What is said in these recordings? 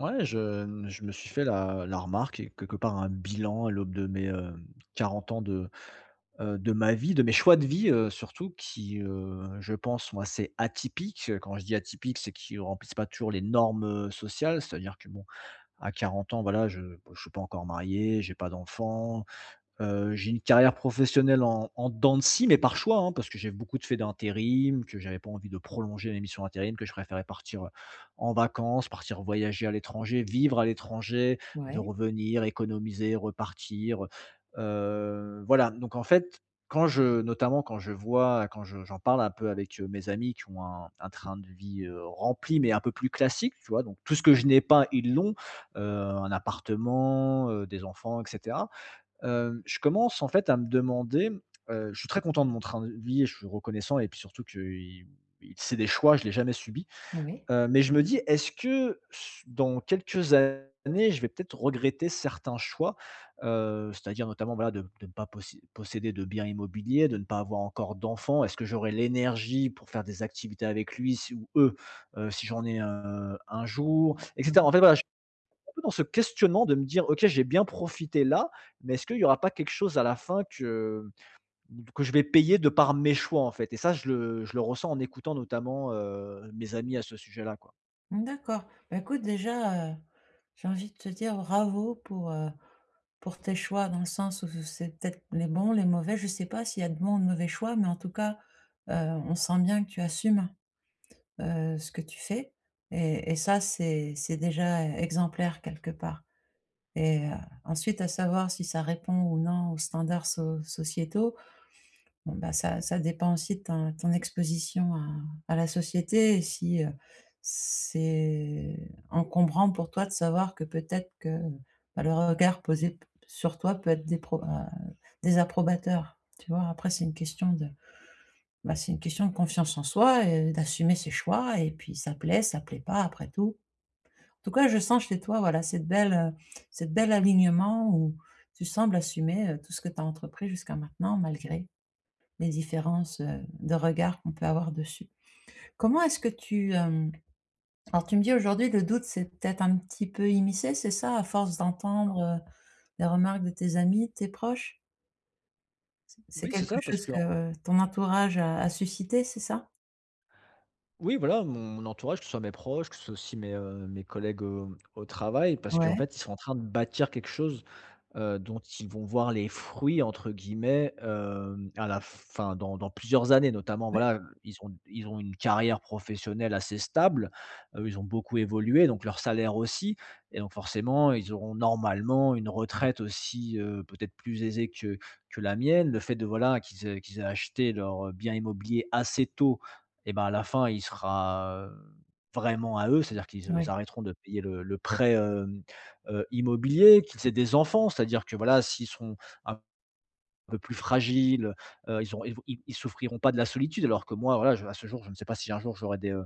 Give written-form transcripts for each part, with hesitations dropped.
Ouais, je me suis fait la remarque et quelque part un bilan à l'aube de mes 40 ans de ma vie, de mes choix de vie, surtout qui je pense sont assez atypiques. Quand je dis atypiques, c'est qu'ils ne remplissent pas toujours les normes sociales. C'est-à-dire que à 40 ans, voilà, je bon, je suis pas encore marié, j'ai pas d'enfant. J'ai une carrière professionnelle en dents de scie, mais par choix, hein, parce que j'ai beaucoup de faits d'intérim, que j'avais pas envie de prolonger mes missions intérim, que je préférais partir, en vacances, partir voyager à l'étranger, vivre à l'étranger, de Ouais, revenir, économiser, repartir. Voilà. Donc en fait, quand je notamment quand je vois quand je j'en parle un peu avec mes amis qui ont un train de vie rempli, mais un peu plus classique, tu vois? Donc tout ce que je n'ai pas, ils l'ont, un appartement, des enfants etc. Je commence en fait à me demander. Je suis très content de mon train de vie et je suis reconnaissant et puis surtout qu'il il c'est des choix, je ne l'ai jamais subi, oui. Mais je me dis: «Est-ce que s dans quelques années, je vais peut-être regretter certains choix?» C'est-à-dire notamment, voilà, de ne pas possi posséder de biens immobiliers, de ne pas avoir encore d'enfants. Est-ce que j'aurai l'énergie pour faire des activités avec lui si ou eux, si j'en ai, un jour? Et Ouais. cetera. En fait, voilà, peu dans ce questionnement de me dire: «OK, j'ai bien profité là, mais est-ce qu'il y aura pas quelque chose à la fin que je vais payer de par mes choix, en fait?» Et ça, je le ressens en écoutant notamment, mes amis à ce sujet-là, quoi. D'accord. Bah, écoute déjà, j'ai envie de te dire bravo pour tes choix dans le sens où c'est peut-être les bons, les mauvais. Je sais pas s'il y a de bons ou de mauvais choix, mais en tout cas, on sent bien que tu assumes, ce que tu fais et ça c'est déjà exemplaire quelque part et ensuite à savoir si ça répond ou non aux standards sociétaux. Bon, bah, ça dépend aussi de ton exposition à la société et si, c'est encombrant pour toi de savoir que peut-être que, bah, le regard posé p sur toi peut être dépro désapprobateur, tu vois? Après c'est une question de bah, c'est une question de confiance en soi et d'assumer ses choix et puis ça plaît pas, après tout. En tout cas, je sens chez toi, voilà, cette belle alignement où tu sembles assumer, tout ce que tu as entrepris jusqu'à maintenant malgré des différences, de regard qu'on peut avoir dessus. Comment est-ce que tu, hem alors tu me dis aujourd'hui le doute c'est peut-être un petit peu immiscé, c'est ça? À force d'entendre, les remarques de tes amis, de tes proches? C'est Oui, c'est quelque ça, parce chose que que ton entourage a suscité, c'est ça? oui, voilà, mon entourage, que ce soit mes proches, que ce soit aussi mes collègues, au travail, parce qu'en Ouais, fait, ils sont en train de bâtir quelque chose, dont ils vont voir «les fruits» entre guillemets, à la fin dans plusieurs années. Notamment oui, voilà, ils ont une carrière professionnelle assez stable, ils ont beaucoup évolué donc leur salaire aussi, et donc forcément ils auront normalement une retraite aussi, peut-être plus aisée que la mienne. Le fait de voilà qu'ils aient acheté leur bien immobilier assez tôt, et ben, à la fin il sera vraiment à eux. C'est-à-dire ils oui, arrêteront de payer le prêt, hem immobilier, qu'ils aient des enfants, c'est-à-dire que voilà, s'ils sont un peu plus fragiles, ils souffriront pas de la solitude, alors que moi, voilà, je à ce jour, je ne sais pas si un jour j'aurai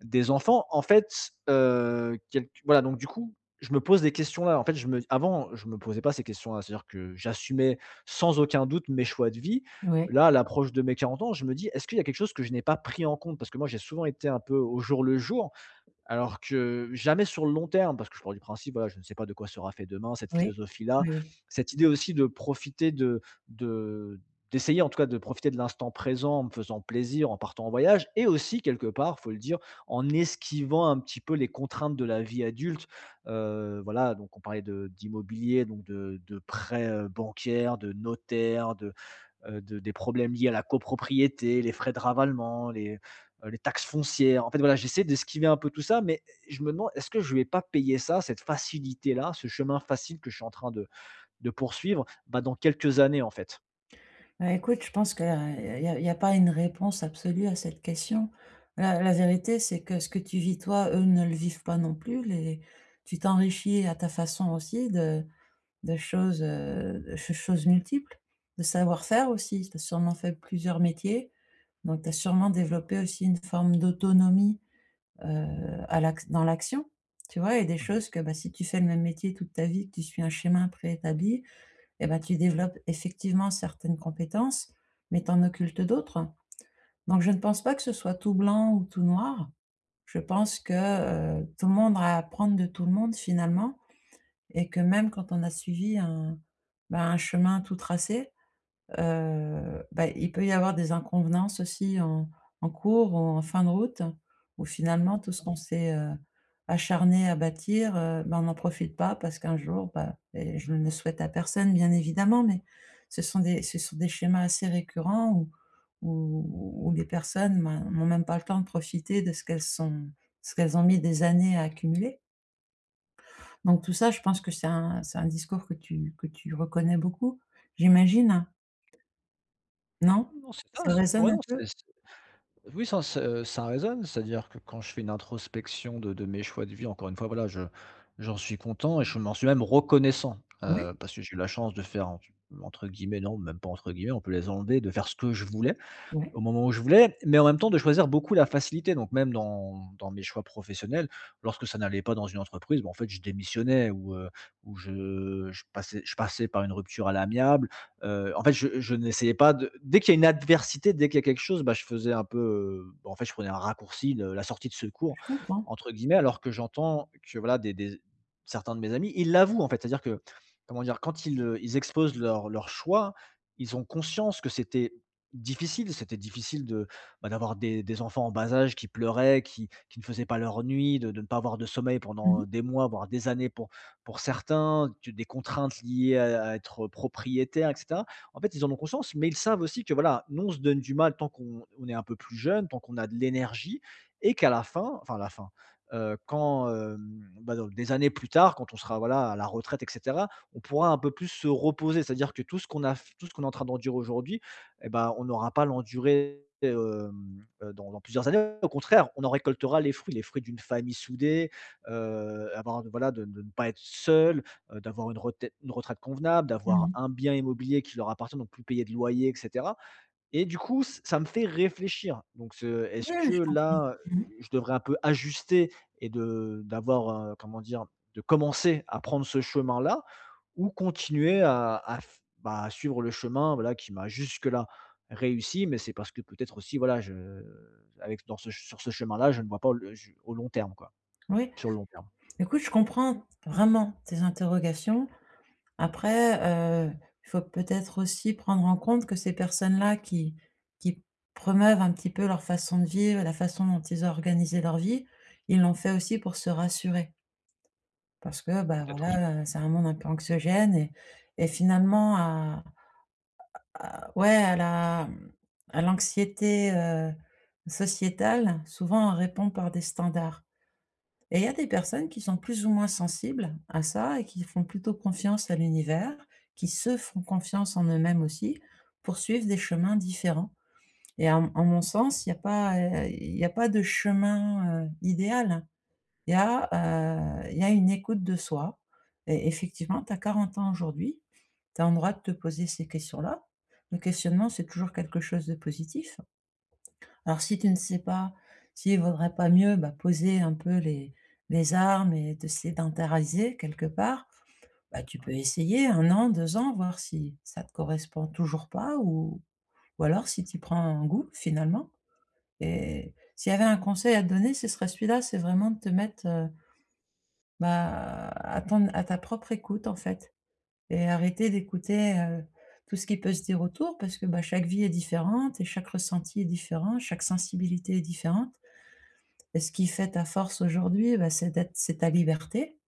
des enfants. En fait, quelque voilà, donc du coup, je me pose des questions là. En fait, je me avant, je me posais pas ces questions-là, c'est-à-dire que j'assumais sans aucun doute mes choix de vie. oui, Là, à l'approche de mes 40 ans, je me dis: «Est-ce qu'il y a quelque chose que je n'ai pas pris en compte?» Parce que moi, j'ai souvent été un peu au jour le jour alors que jamais sur le long terme, parce que je pars du principe, voilà, je ne sais pas de quoi sera fait demain, cette oui, philosophie-là, oui, oui. cette idée aussi de profiter de d'essayer en tout cas de profiter de l'instant présent en me faisant plaisir, en partant en voyage et aussi quelque part, faut le dire, en esquivant un petit peu les contraintes de la vie adulte. Voilà, donc on parlait de d'immobilier, donc de prêts, bancaires, de notaires, de des problèmes liés à la copropriété, les frais de ravalement, les taxes foncières. En fait, voilà, j'essaie d'esquiver un peu tout ça, mais je me demande, est-ce que je vais pas payer ça, cette facilité-là, ce chemin facile que je suis en train de poursuivre, bah, dans quelques années, en fait? Bah, écoute, je pense qu'il y a pas une réponse absolue à cette question. La vérité, c'est que ce que tu vis toi, eux ne le vivent pas non plus, les tu t'enrichis à ta façon aussi de choses, de ch choses multiples, de savoir-faire aussi. Tu as sûrement fait plusieurs métiers, donc tu as sûrement développé aussi une forme d'autonomie, heu, à l'ac dans l'action, tu vois? Et des choses que, bah, si tu fais le même métier toute ta vie, que tu suis un schéma préétabli et ben tu développes effectivement certaines compétences, mais tu en occultes d'autres. Donc je ne pense pas que ce soit tout blanc ou tout noir. Je pense que, tout le monde a à apprendre de tout le monde finalement et que même quand on a suivi un, bah, un chemin tout tracé, bah, il peut y avoir des inconvenances aussi en en cours ou en fin de route, où finalement tout ce qu'on s'est, acharné à bâtir, bah, on n'en profite pas parce qu'un jour, bah et je ne le souhaite à personne bien évidemment, mais ce sont des schémas assez récurrents où les personnes, ben, n'ont même pas le temps de profiter de ce qu'elles sont ce qu'elles ont mis des années à accumuler. Donc tout ça, je pense que c'est un discours que tu reconnais beaucoup, j'imagine? Non? Ouais, non, c'est ça, Ça c'est résonne ouais, un non, peu? C'est oui, ça ça ça résonne, c'est-à-dire que quand je fais une introspection de mes choix de vie, encore une fois, voilà, je J'en suis content et je m'en suis même reconnaissant, Oui, parce que j'ai eu la chance de faire, entre non, même pas entre guillemets, on peut les enlever, de faire ce que je voulais. oui, Au moment où je voulais, mais en même temps de choisir beaucoup la facilité. Donc même dans mes choix professionnels, lorsque ça n'allait pas dans une entreprise, bah, en fait, je démissionnais ou je passais par une rupture à l'amiable. En fait, je n'essayais pas de dès qu'il y a une adversité, dès qu'il y a quelque chose, bah, je faisais un peu, bah, en fait, je prenais un raccourci, le la «sortie de secours» je comprends. entre guillemets, alors que j'entends que voilà des certains de mes amis, ils l'avouent, en fait. C'est-à-dire que, comment dire? Quand ils exposent leur leur choix, ils ont conscience que c'était difficile, c'était difficile de, bah, d'avoir des enfants en bas âge qui pleuraient, qui ne faisaient pas leur nuit, de ne pas avoir de sommeil Mmh mh. pendant des mois, voire des années pour certains, tu des contraintes liées à être propriétaire et cetera. En fait, ils en ont conscience, mais ils savent aussi que voilà, nous, on se donne du mal tant qu'on on est un peu plus jeune, tant qu'on a de l'énergie, et qu'à la fin enfin à la fin, bah, dans des années plus tard, quand on sera, voilà, à la retraite et cetera, on pourra un peu plus se reposer. C'est-à-dire que tout ce qu'on est en train d'endurer aujourd'hui, et ben, on n'aura pas l'enduré dans, dans plusieurs années. Au contraire, on en récoltera les fruits d'une famille soudée, avoir voilà, de ne pas être seul, d'avoir une retai une retraite convenable, d'avoir Mmh. un bien immobilier qui leur appartient, donc plus payer de loyer etc. Et du coup, ç ça me fait réfléchir. Donc ce est-ce Oui, oui, que je là, comprends. je devrais un peu ajuster et de d'avoir, comment dire? De commencer à prendre ce chemin-là ou continuer à f bah, à suivre le chemin, voilà, qui m'a jusque-là réussi, mais c'est parce que peut-être aussi, voilà, je avec dans ce sur ce chemin-là, je ne vois pas le je au long terme, quoi, Oui. sur le long terme. Écoute, je comprends vraiment tes interrogations. Après, heu, il faut peut-être aussi prendre en compte que ces personnes-là qui promeuvent un petit peu leur façon de vivre la façon dont ils ont organisé leur vie, ils l'ont fait aussi pour se rassurer. Parce que, bah, Peut-être aussi, voilà, c'est un monde un peu anxiogène et finalement à ouais, à la, mmh, à l'anxiété, sociétale, souvent on répond par des standards et il y a des personnes qui sont plus ou moins sensibles à ça et qui font plutôt confiance à l'univers, qui se font confiance en eux-mêmes aussi, pour suivre des chemins différents et en m mon sens, il y a pas, il y a pas de chemin, idéal. Il y a, il y a une écoute de soi et effectivement, tu as 40 ans aujourd'hui, tu as en droit de te poser ces questions-là. Le questionnement, c'est toujours quelque chose de positif. Alors si tu ne sais pas, s'il ne vaudrait pas mieux, bah, poser un peu les armes et de sédentariser quelque part, bah, tu peux essayer un an, 2 ans, voir si ça te correspond toujours pas ou ou alors si tu prends un goût finalement et s'il y avait un conseil à te donner, ce serait celui-là, c'est vraiment de te mettre, bah, attendre à ta propre écoute, en fait et arrêter d'écouter, tout ce qui peut se dire autour parce que, bah, chaque vie est différente et chaque ressenti est différent, chaque sensibilité est différente et ce qui fait ta force aujourd'hui, bah, c'est ta liberté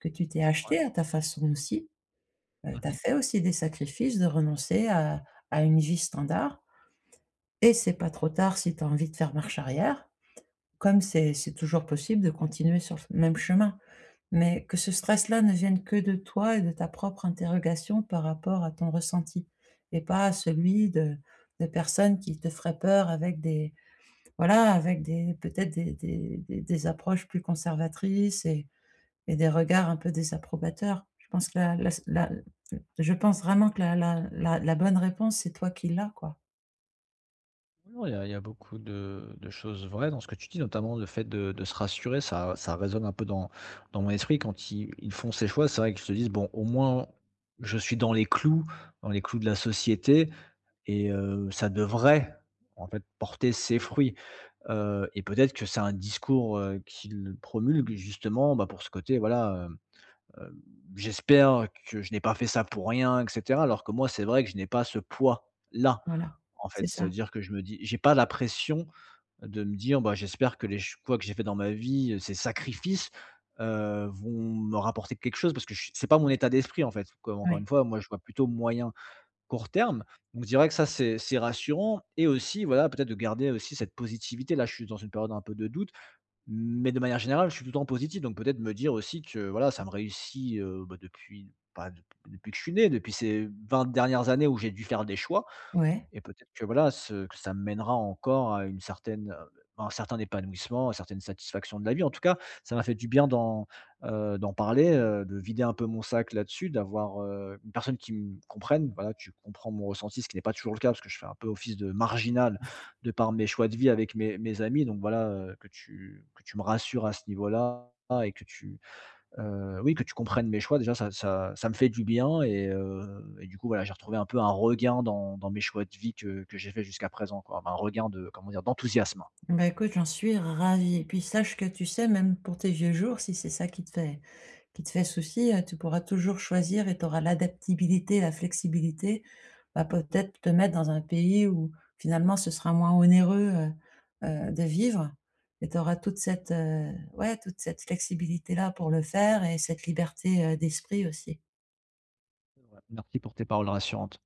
que tu t'es ouais. achetée à ta façon aussi. Tu as Mmh. fait aussi des sacrifices de renoncer à une vie standard et c'est pas trop tard si tu as envie de faire marche arrière, comme c'est toujours possible de continuer sur le même chemin. Mais que ce stress-là ne vienne que de toi et de ta propre interrogation par rapport à ton ressenti et pas à celui de personnes qui te feraient peur avec des voilà, avec des peut-être des approches plus conservatrices et des regards un peu désapprobateurs. Je pense que la je pense vraiment que la bonne réponse, c'est toi qui l'as, quoi. Non, il y a beaucoup de choses vraies dans ce que tu dis, notamment le fait de se rassurer, ça résonne un peu dans mon esprit quand ils font ces choix. C'est vrai qu'ils se disent: «Bon, au moins, je suis dans les clous de la société et ça devrait, en fait, porter ses fruits». Et peut-être que c'est un discours, qu'ils promulguent justement, bah, pour ce côté, voilà, heu: «J'espère que je n'ai pas fait ça pour rien» et cetera. Alors que moi, c'est vrai que je n'ai pas ce poids-là Voilà, en c'est fait. Ça veut ça. dire que je me dis j'ai pas la pression de me dire: «Bah, j'espère que les choix que j'ai fait dans ma vie, ces sacrifices, vont me rapporter quelque chose» parce que je c'est pas mon état d'esprit, en fait. Comme encore Oui. une fois, moi, je vois plutôt moyen, court terme. Donc je dirais que ça, c'est rassurant et aussi, voilà, peut-être de garder aussi cette positivité. Là, je suis dans une période un peu de doute, mais de manière générale, je suis tout le temps positif. Donc peut-être me dire aussi que, voilà, ça me réussit, bah, depuis, bah, depuis que je suis né, depuis ces 20 dernières années où j'ai dû faire des choix, Ouais. et peut-être que voilà, ce que ça mènera encore à une à un certain épanouissement, à une certaine satisfaction de la vie. En tout cas, ça m'a fait du bien d'en parler, de vider un peu mon sac là-dessus, d'avoir, une personne qui me comprenne. Voilà, tu comprends mon ressenti, ce qui n'est pas toujours le cas, parce que je fais un peu office de marginal de par mes choix de vie avec mes amis. Donc voilà, que tu me rassures à ce niveau-là et que tu oui, que tu comprennes mes choix déjà ça me fait du bien et du coup, voilà, j'ai retrouvé un peu un regain dans mes choix de vie que j'ai fait jusqu'à présent, quoi. Enfin, un regain de, comment dire? D'enthousiasme. Bah, écoute, j'en suis ravie et puis sache que tu sais, même pour tes vieux jours, si c'est ça qui te fait souci, tu pourras toujours choisir et tu auras l'adaptabilité, la flexibilité, bah, peut-être te mettre dans un pays où finalement ce sera moins onéreux, de vivre et tu auras toute cette, ouais, toute cette flexibilité-là pour le faire et cette liberté, d'esprit aussi. Ouais, merci pour tes paroles rassurantes.